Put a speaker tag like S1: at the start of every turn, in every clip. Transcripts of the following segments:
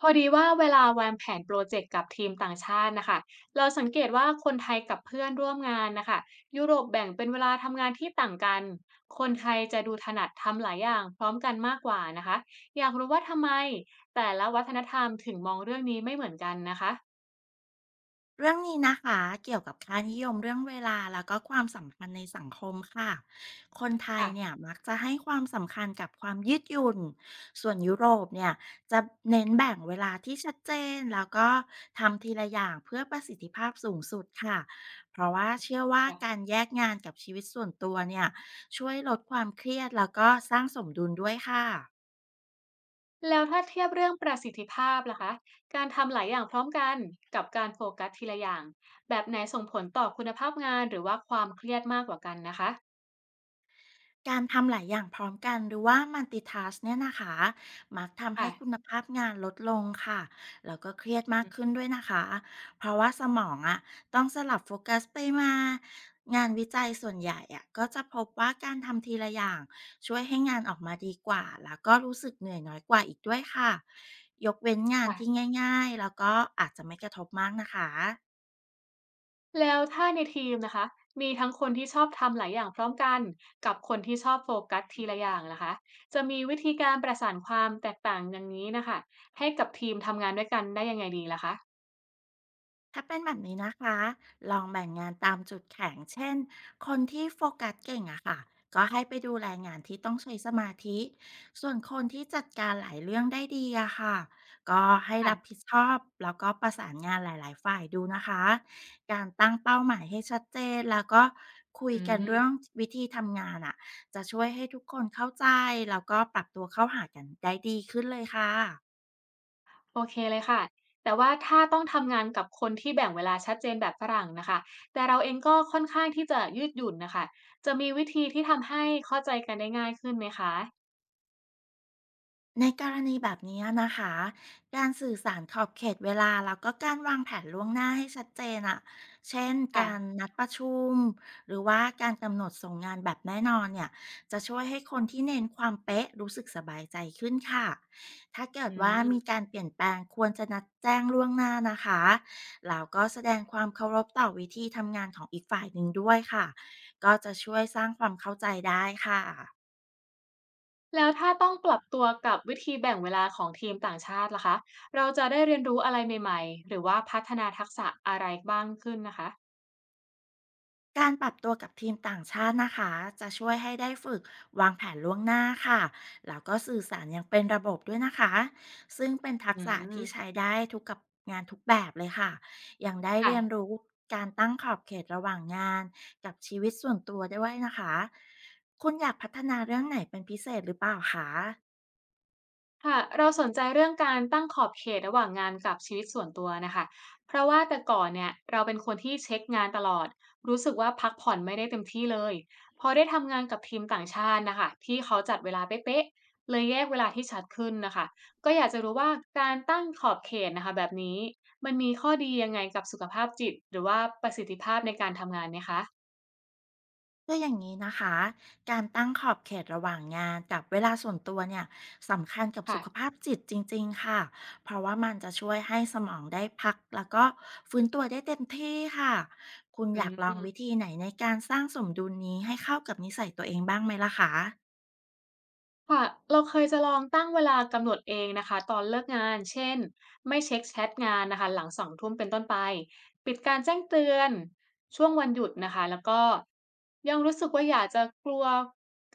S1: พอดีว่าเวลาวางแผนโปรเจกต์กับทีมต่างชาตินะคะเราสังเกตว่าคนไทยกับเพื่อนร่วมงานนะคะยุโรปแบ่งเป็นเวลาทำงานที่ต่างกันคนไทยจะดูถนัดทำหลายอย่างพร้อมกันมากกว่านะคะอยากรู้ว่าทำไมแต่ละวัฒนธรรมถึงมองเรื่องนี้ไม่เหมือนกันนะคะ
S2: เรื่องนี้นะคะเกี่ยวกับค่านิยมเรื่องเวลาแล้วก็ความสำคัญในสังคมค่ะคนไทย
S1: ค่ะ
S2: เนี่ยมักจะให้ความสำคัญกับความยืดหยุ่นส่วนยุโรปเนี่ยจะเน้นแบ่งเวลาที่ชัดเจนแล้วก็ทำทีละอย่างเพื่อประสิทธิภาพสูงสุดค่ะเพราะว่าเชื่อว่าการแยกงานกับชีวิตส่วนตัวเนี่ยช่วยลดความเครียดแล้วก็สร้างสมดุลด้วยค่ะ
S1: แล้วถ้าเทียบเรื่องประสิทธิภาพล่ะคะการทำหลายอย่างพร้อมกันกับการโฟกัสทีละอย่างแบบไหนส่งผลต่อคุณภาพงานหรือว่าความเครียดมากกว่ากันนะคะ
S2: การทำหลายอย่างพร้อมกันหรือว่า multitask เนี่ยนะคะมักทำให้
S1: ค่ะ
S2: คุณภาพงานลดลงค่ะ แล้วก็เครียดมาก
S1: อื
S2: ขึ้
S1: ม
S2: นด้วยนะคะ เพราะว่าสมองอะต้องสลับโฟกัสไปมา งานวิจัยส่วนใหญ่อะก็จะพบว่าการทำทีละอย่างช่วยให้งานออกมาดีกว่า แล้วก็รู้สึกเหนื่อยน้อยกว่าอีกด้วยค่ะ ยกเว้นงานที่
S1: ค่ะ
S2: ง่ายๆ แล้วก็อาจจะไม่กระทบมากนะคะ
S1: แล้วถ้าในทีมนะคะมีทั้งคนที่ชอบทำหลายอย่างพร้อมกันกับคนที่ชอบโฟกัสทีละอย่างนะคะจะมีวิธีการประสานความแตกต่างอย่างนี้นะคะให้กับทีมทำงานด้วยกันได้ยังไงดีล่ะคะ
S2: ถ้าเป็นแบบนี้นะคะลองแบ่งงานตามจุดแข็งเช่นคนที่โฟกัสเก่งอะค่ะก็ให้ไปดูแลงานที่ต้องใช้สมาธิส่วนคนที่จัดการหลายเรื่องได้ดีอะค่ะก็ให้รับผิ
S1: ค่ะ
S2: ดชอบแล้วก็ประสานงานหลายๆฝ่ายดูนะคะการตั้งเป้าหมายให้ชัดเจนแล้วก็คุย
S1: อื
S2: กันเรื่อง
S1: ม
S2: วิธีทำงานอะจะช่วยให้ทุกคนเข้าใจแล้วก็ปรับตัวเข้าหากันได้ดีขึ้นเลยค่ะ
S1: โอเคเลยค่ะแต่ว่าถ้าต้องทำงานกับคนที่แบ่งเวลาชัดเจนแบบฝรั่งนะคะแต่เราเองก็ค่อนข้างที่จะยืดหยุ่นนะคะจะมีวิธีที่ทำให้เข้าใจกันได้ง่ายขึ้นไหมคะ
S2: ในกรณีแบบนี้นะคะ การสื่อสารขอบเขตเวลาแล้วก็การวางแผนล่วงหน้าให้ชัดเจนอะเช่นการ
S1: ค่ะ
S2: นัดประชุมหรือว่าการกำหนดส่งงานแบบแน่นอนเนี่ยจะช่วยให้คนที่เน้นความเป๊ะรู้สึกสบายใจขึ้นค่ะถ้าเกิ
S1: อื
S2: ดว่ามี
S1: ม
S2: การเปลี่ยนแปลงควรจะนัดแจ้งล่วงหน้านะคะแล้วก็แสดงความเคารพต่อวิธีทำงานของอีกฝ่ายหนึ่งด้วยค่ะก็จะช่วยสร้างความเข้าใจได้ค่ะ
S1: แล้วถ้าต้องปรับตัวกับวิธีแบ่งเวลาของทีมต่างชาติล่ะคะเราจะได้เรียนรู้อะไรใหม่ๆหรือว่าพัฒนาทักษะอะไรบ้างขึ้นนะคะ
S2: การปรับตัวกับทีมต่างชาตินะคะจะช่วยให้ได้ฝึกวางแผนล่วงหน้าค่ะแล้วก็สื่อสารอย่างเป็นระบบด้วยนะคะซึ่งเป็นทัก
S1: อื
S2: ษะที่ใช้
S1: ม
S2: ได้ทุกกับงานทุกแบบเลยค่ะยังได้เรียน
S1: ค่ะ
S2: รู้การตั้งขอบเขตระหว่างงานกับชีวิตส่วนตัวด้วยนะคะคุณอยากพัฒนาเรื่องไหนเป็นพิเศษหรือเปล่าคะ
S1: ค่ะเราสนใจเรื่องการตั้งขอบเขตระหว่างงานกับชีวิตส่วนตัวนะคะเพราะว่าแต่ก่อนเนี่ยเราเป็นคนที่เช็คงานตลอดรู้สึกว่าพักผ่อนไม่ได้เต็มที่เลยพอได้ทำงานกับทีมต่างชาตินะคะที่เขาจัดเวลาเป๊ะๆเลยแยกเวลาที่ชัดขึ้นนะคะก็อยากจะรู้ว่าการตั้งขอบเขตนะคะแบบนี้มันมีข้อดียังไงกับสุขภาพจิตหรือว่าประสิทธิภาพในการทำงานไหมคะ
S2: คืออย่างนี้นะคะ การตั้งขอบเขตระหว่างงานกับเวลาส่วนตัวเนี่ยสำคัญกับสุ
S1: ค่ะ
S2: ขภาพจิตจริงๆค่ะ เพราะว่ามันจะช่วยให้สมองได้พักแล้วก็ฟื้นตัวได้เต็มที่ค่ะ คุณ
S1: อื
S2: อยากลองวิ
S1: ม
S2: ธีไหนในการสร้างสมดุลนี้ให้เข้ากับนิสัยตัวเองบ้างไหมล่ะคะ
S1: ค่ะเราเคยจะลองตั้งเวลากำหนดเองนะคะตอนเลิกงานเช่นไม่เช็คแชทงานนะคะหลัง2ทุ่มเป็นต้นไปปิดการแจ้งเตือนช่วงวันหยุดนะคะแล้วก็ยังรู้สึกว่าอยากจะกลัว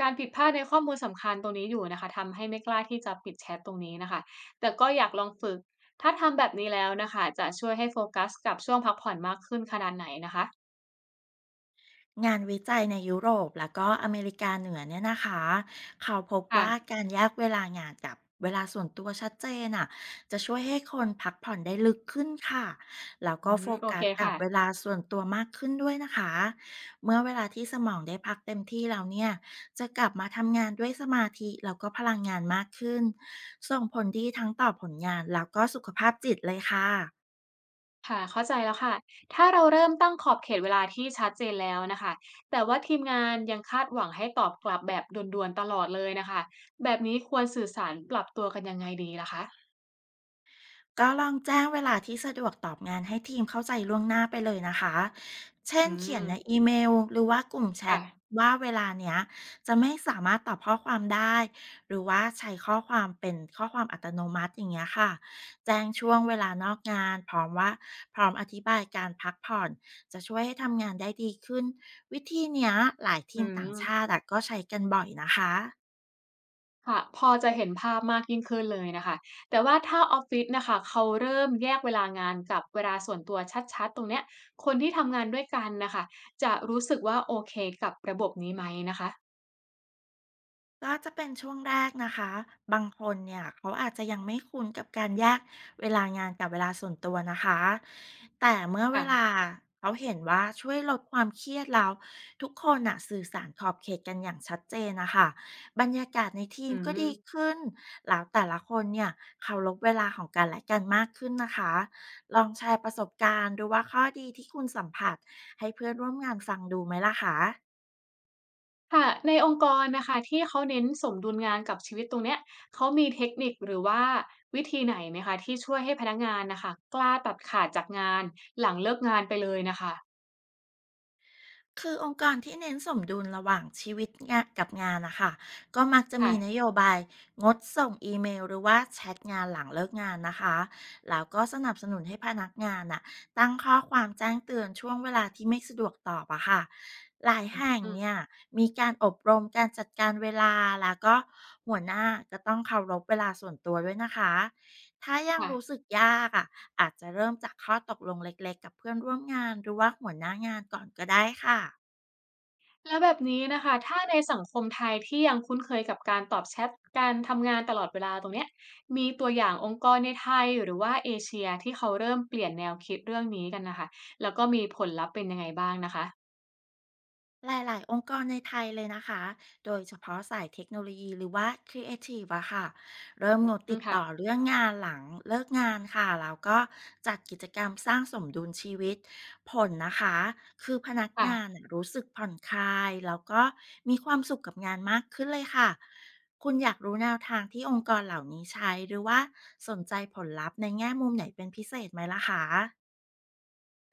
S1: การผิดพลาดในข้อมูลสำคัญตรงนี้อยู่นะคะทำให้ไม่กล้าที่จะปิดแชทตรงนี้นะคะแต่ก็อยากลองฝึกถ้าทำแบบนี้แล้วนะคะจะช่วยให้โฟกัสกับช่วงพักผ่อนมากขึ้นขนาดไหนนะคะ
S2: งานวิจัยในยุโรปแล้วก็อเมริกาเหนือเนี่ยนะคะเขาพบว่า
S1: ค่ะ
S2: การแยกเวลางานกับเวลาส่วนตัวชัดเจนอ่ะจะช่วยให้คนพักผ่อนได้ลึกขึ้นค่ะแล้ว
S1: อื
S2: ก็โฟ
S1: มโอ
S2: กั
S1: เค
S2: สกับ
S1: ค่ะ
S2: เวลาส่วนตัวมากขึ้นด้วยนะคะเมื่อเวลาที่สมองได้พักเต็มที่แล้วเนี่ยจะกลับมาทำงานด้วยสมาธิแล้วก็พลังงานมากขึ้นส่งผลดีทั้งต่อผลงานแล้วก็สุขภาพจิตเลยค่ะ
S1: ค่ะเข้าใจแล้วค่ะถ้าเราเริ่มตั้งขอบเขตเวลาที่ชัดเจนแล้วนะคะแต่ว่าทีมงานยังคาดหวังให้ตอบกลับแบบด่วนๆตลอดเลยนะคะแบบนี้ควรสื่อสารปรับตัวกันยังไงดีล่ะคะ
S2: ก็ลองแจ้งเวลาที่สะดวกตอบงานให้ทีมเข้าใจล่วงหน้าไปเลยนะคะ เช่
S1: อื
S2: น
S1: ม
S2: เขียนในอีเมลหรือว่ากลุ่มแช
S1: ค่ะ
S2: ทว่าเวลาเนี้ยจะไม่สามารถตอบข้อความได้หรือว่าใช้ข้อความเป็นข้อความอัตโนมัติอย่างเงี้ยค่ะแจ้งช่วงเวลานอกงานพร้อมว่าพร้อมอธิบายการพักผ่อนจะช่วยให้ทำงานได้ดีขึ้นวิธีเนี้ยหลายที
S1: อื
S2: มต่า
S1: ม
S2: งชาติอะก็ใช้กันบ่อยนะคะ
S1: ค่ะพอจะเห็นภาพมากยิ่งขึ้นเลยนะคะแต่ว่าถ้าออฟฟิศนะคะเขาเริ่มแยกเวลางานกับเวลาส่วนตัวชัดๆตรงเนี้ยคนที่ทำงานด้วยกันนะคะจะรู้สึกว่าโอเคกับระบบนี้ไหมนะคะ
S2: ก็จะเป็นช่วงแรกนะคะ บางคนเนี่ยเขาอาจจะยังไม่คุ้นกับการแยกเวลางานกับเวลาส่วนตัวนะคะแต่เมื่อเวลา
S1: ค่ะ
S2: เขาเห็นว่าช่วยลดความเครียดแล้วทุกคนน่ะสื่อสารขอบเขตกันอย่างชัดเจนนะคะบรรยากาศในทีม
S1: อื
S2: ก็
S1: ม
S2: ดีขึ้นแล้วแต่ละคนเนี่ยเคารพเวลาของกันและกันมากขึ้นนะคะ ลองแชร์ประสบการณ์ดูว่าข้อดีที่คุณสัมผัสให้เพื่อนร่วมงานฟังดูไหมล่ะคะ
S1: ค่ะในองค์กรนะคะที่เขาเน้นสมดุลงานกับชีวิตตรงเนี้ยเขามีเทคนิคหรือว่าวิธีไหนไหมคะที่ช่วยให้พนักงานนะคะกล้าตัดขาดจากงานหลังเลิกงานไปเลยน่ะคะ
S2: คือองค์กรที่เน้นสมดุลระหว่างชีวิตงานกับงานนะคะก็มักจะมีน
S1: ค่ะ
S2: โยบายงดส่งอีเมลหรือว่าแชทงานหลังเลิกงานนะคะแล้วก็สนับสนุนให้พนักงานน่ะตั้งข้อความแจ้งเตือนช่วงเวลาที่ไม่สะดวกตอบอะค่ะหลายแห่ง
S1: อื
S2: เนี่ย
S1: ม
S2: มีการอบรมการจัดการเวลาแล้วก็หัวหน้าก็ต้องเคารพเวลาส่วนตัวด้วยนะคะถ้ายัง
S1: ค่ะ
S2: รู้สึกยากอะ อาจจะเริ่มจากข้อตกลงเล็กๆกับเพื่อนร่วมงานหรือว่าหัวหน้างานก่อนก็ได้ค่ะ
S1: แล้วแบบนี้นะคะถ้าในสังคมไทยที่ยังคุ้นเคยกับการตอบแชทการทำงานตลอดเวลาตรงเนี้ยมีตัวอย่างองค์กรในไทยหรือว่าเอเชียที่เขาเริ่มเปลี่ยนแนวคิดเรื่องนี้กันนะคะแล้วก็มีผลลัพธ์เป็นยังไงบ้างนะคะ
S2: หลายๆ องค์กรในไทยเลยนะคะ โดยเฉพาะสายเทคโนโลยีหรือว่าครีเอทีฟอะค่ะ เริ่มงด
S1: อื
S2: ติ
S1: ม
S2: ด
S1: ค่ะ
S2: ต่อเรื่องงานหลังเลิกงานค่ะ แล้วก็จัดกิจกรรมสร้างสมดุลชีวิตผลนะคะ คือพนักงาน
S1: ค่ะ
S2: น่ะรู้สึกผ่อนคลายแล้วก็มีความสุขกับงานมากขึ้นเลยค่ะ คุณอยากรู้แนวทางที่องค์กรเหล่านี้ใช้หรือว่าสนใจผลลัพธ์ในแง่มุมไหนเป็นพิเศษไหมล่ะคะ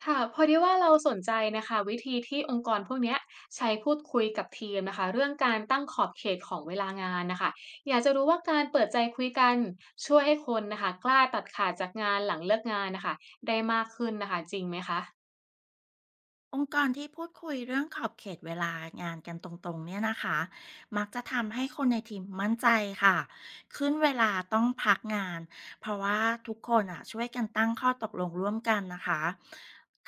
S1: ค่ะพอดีว่าเราสนใจนะคะวิธีที่องค์กรพวกเนี้ยใช้พูดคุยกับทีมนะคะเรื่องการตั้งขอบเขตของเวลางานนะคะอยากจะรู้ว่าการเปิดใจคุยกันช่วยให้คนนะคะกล้าตัดขาดจากงานหลังเลิกงานนะคะได้มากขึ้นนะคะจริงไหมคะ
S2: องค์กรที่พูดคุยเรื่องขอบเขตเวลางานกันตรงๆเนี่ยนะคะมักจะทำให้คนในทีมมั่นใจค่ะขึ้นเวลาต้องพักงานเพราะว่าทุกคนอ่ะช่วยกันตั้งข้อตกลงร่วมกันนะคะ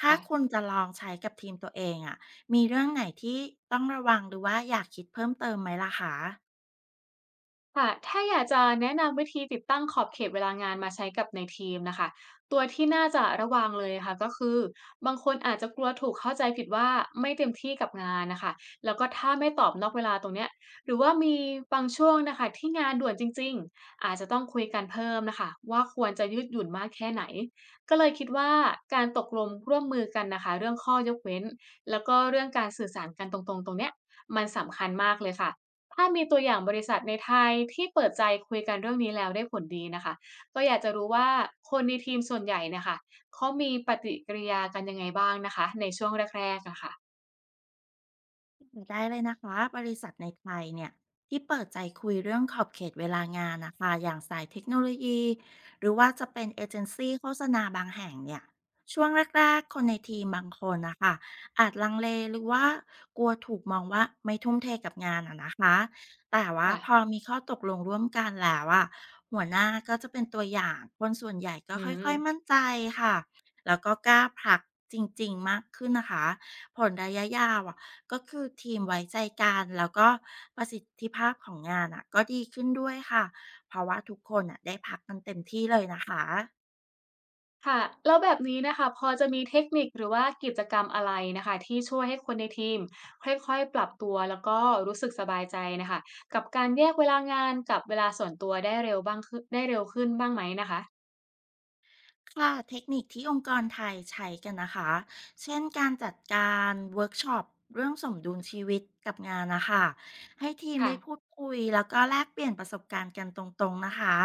S2: ถ้าคุณจะลองใช้กับทีมตัวเองอ่ะมีเรื่องไหนที่ต้องระวังหรือว่าอยากคิดเพิ่มเติมไหมล่ะคะ
S1: ค่ะถ้าอยากจะแนะนำวิธีติดตั้งขอบเขตเวลางานมาใช้กับในทีมนะคะตัวที่น่าจะระวังเลยค่ะก็คือบางคนอาจจะกลัวถูกเข้าใจผิดว่าไม่เต็มที่กับงานนะคะแล้วก็ถ้าไม่ตอบนอกเวลาตรงเนี้ยหรือว่ามีบางช่วงนะคะที่งานด่วนจริงๆอาจจะต้องคุยกันเพิ่มนะคะว่าควรจะยืดหยุ่นมากแค่ไหนก็เลยคิดว่าการตกลงร่วมมือกันนะคะเรื่องข้อยกเว้นแล้วก็เรื่องการสื่อสารกันตรงๆตรงเนี้ยมันสำคัญมากเลยค่ะ ถ้ามีตัวอย่างบริษัทในไทยที่เปิดใจคุยกันเรื่องนี้แล้วได้ผลดีนะคะก็อยากจะรู้ว่าคนในทีมส่วนใหญ่เนะคะเขามีปฏิกิริยากันยังไงบ้างนะคะในช่วงแรกๆอะค่ะ
S2: ได้เลยนะคะ บริษัทในไทยเนี่ยที่เปิดใจคุยเรื่องขอบเขตเวลางานนะคะ อย่างสายเทคโนโลยีหรือว่าจะเป็นเอเจนซี่โฆษณาบางแห่งเนี่ย ช่วงแรกๆคนในทีมบางคนนะคะอาจลังเลหรือว่ากลัวถูกมองว่าไม่ทุ่มเทกับงานอะนะคะ แต่ว่าพอ
S1: ค่ะ
S2: มีข้อตกลงร่วมกันแล้วอะหัวหน้าก็จะเป็นตัวอย่างคนส่วนใหญ่ก็
S1: อื
S2: ค่อยๆ
S1: ม
S2: มั่นใจค่ะแล้วก็กล้าผลักจริงๆมากขึ้นนะคะผลระยะยาวอะ ก็คือทีมไว้ใจกันแล้วก็ประสิทธิภาพของงานอะก็ดีขึ้นด้วยค่ะเพราะว่าทุกคนอะได้พักกันเต็มที่เลยนะคะ
S1: ค่ะแล้วแบบนี้นะคะพอจะมีเทคนิคหรือว่ากิจกรรมอะไรนะคะที่ช่วยให้คนในทีมค่อยๆปรับตัวแล้วก็รู้สึกสบายใจนะคะกับการแยกเวลางานกับเวลาส่วนตัวได้เร็วบ้างขึ้นได้เร็วขึ้นบ้างไหมนะคะ
S2: ค่ะเทคนิคที่องค์กรไทยใช้กันนะคะเช่นการจัดการเวิร์กช็อปเรื่องสมดุลชีวิตกับงานนะคะให้ทีม
S1: ค่ะ
S2: ได้พูดคุยแล้วก็แลกเปลี่ยนประสบการณ์กันตรงๆนะคะ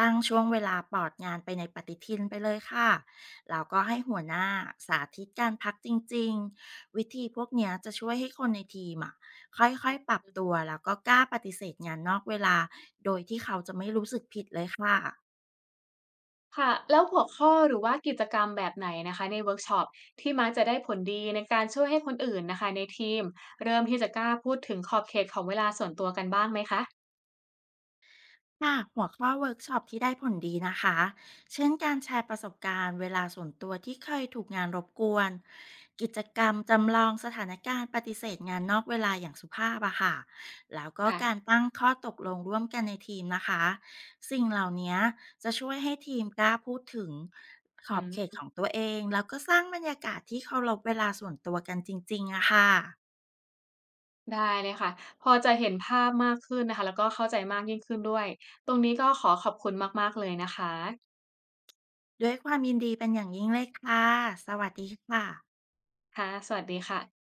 S2: ตั้งช่วงเวลาปลอดงานไปในปฏิทินไปเลยค่ะแล้วก็ให้หัวหน้าสาธิตการพักจริงๆวิธีพวกเนี้ยจะช่วยให้คนในทีมอ่ะค่อยๆปรับตัวแล้วก็กล้าปฏิเสธงานนอกเวลาโดยที่เขาจะไม่รู้สึกผิดเลยค่ะ
S1: ค่ะแล้วหัวข้อหรือว่ากิจกรรมแบบไหนนะคะในเวิร์กช็อปที่มักจะได้ผลดีในการช่วยให้คนอื่นนะคะในทีมเริ่มที่จะกล้าพูดถึงขอบเขตของเวลาส่วนตัวกันบ้างไหมคะ
S2: ค่ะหัวข้อเวิร์กช็อปที่ได้ผลดีนะคะเช่นการแชร์ประสบการณ์เวลาส่วนตัวที่เคยถูกงานรบกวนกิจกรรมจำลองสถานการณ์ปฏิเสธงานนอกเวลาอย่างสุภาพอะค่ะแล้วก็การ
S1: ค่ะ
S2: ตั้งข้อตกลงร่วมกันในทีมนะคะสิ่งเหล่านี้จะช่วยให้ทีมกล้าพูดถึงข
S1: อื
S2: อบ
S1: ม
S2: เขตของตัวเองแล้วก็สร้างบรรยากาศที่เคารพเวลาส่วนตัวกันจริงๆอะค่ะ
S1: ได้เลยค่ะพอจะเห็นภาพมากขึ้นนะคะแล้วก็เข้าใจมากยิ่งขึ้นด้วยตรงนี้ก็ขอขอบคุณมากๆเลยนะคะ
S2: ด้วยความยินดีเป็นอย่างยิ่งเลยค่ะสวัสดีค่ะ
S1: ค่ะสวัสดีค่ะ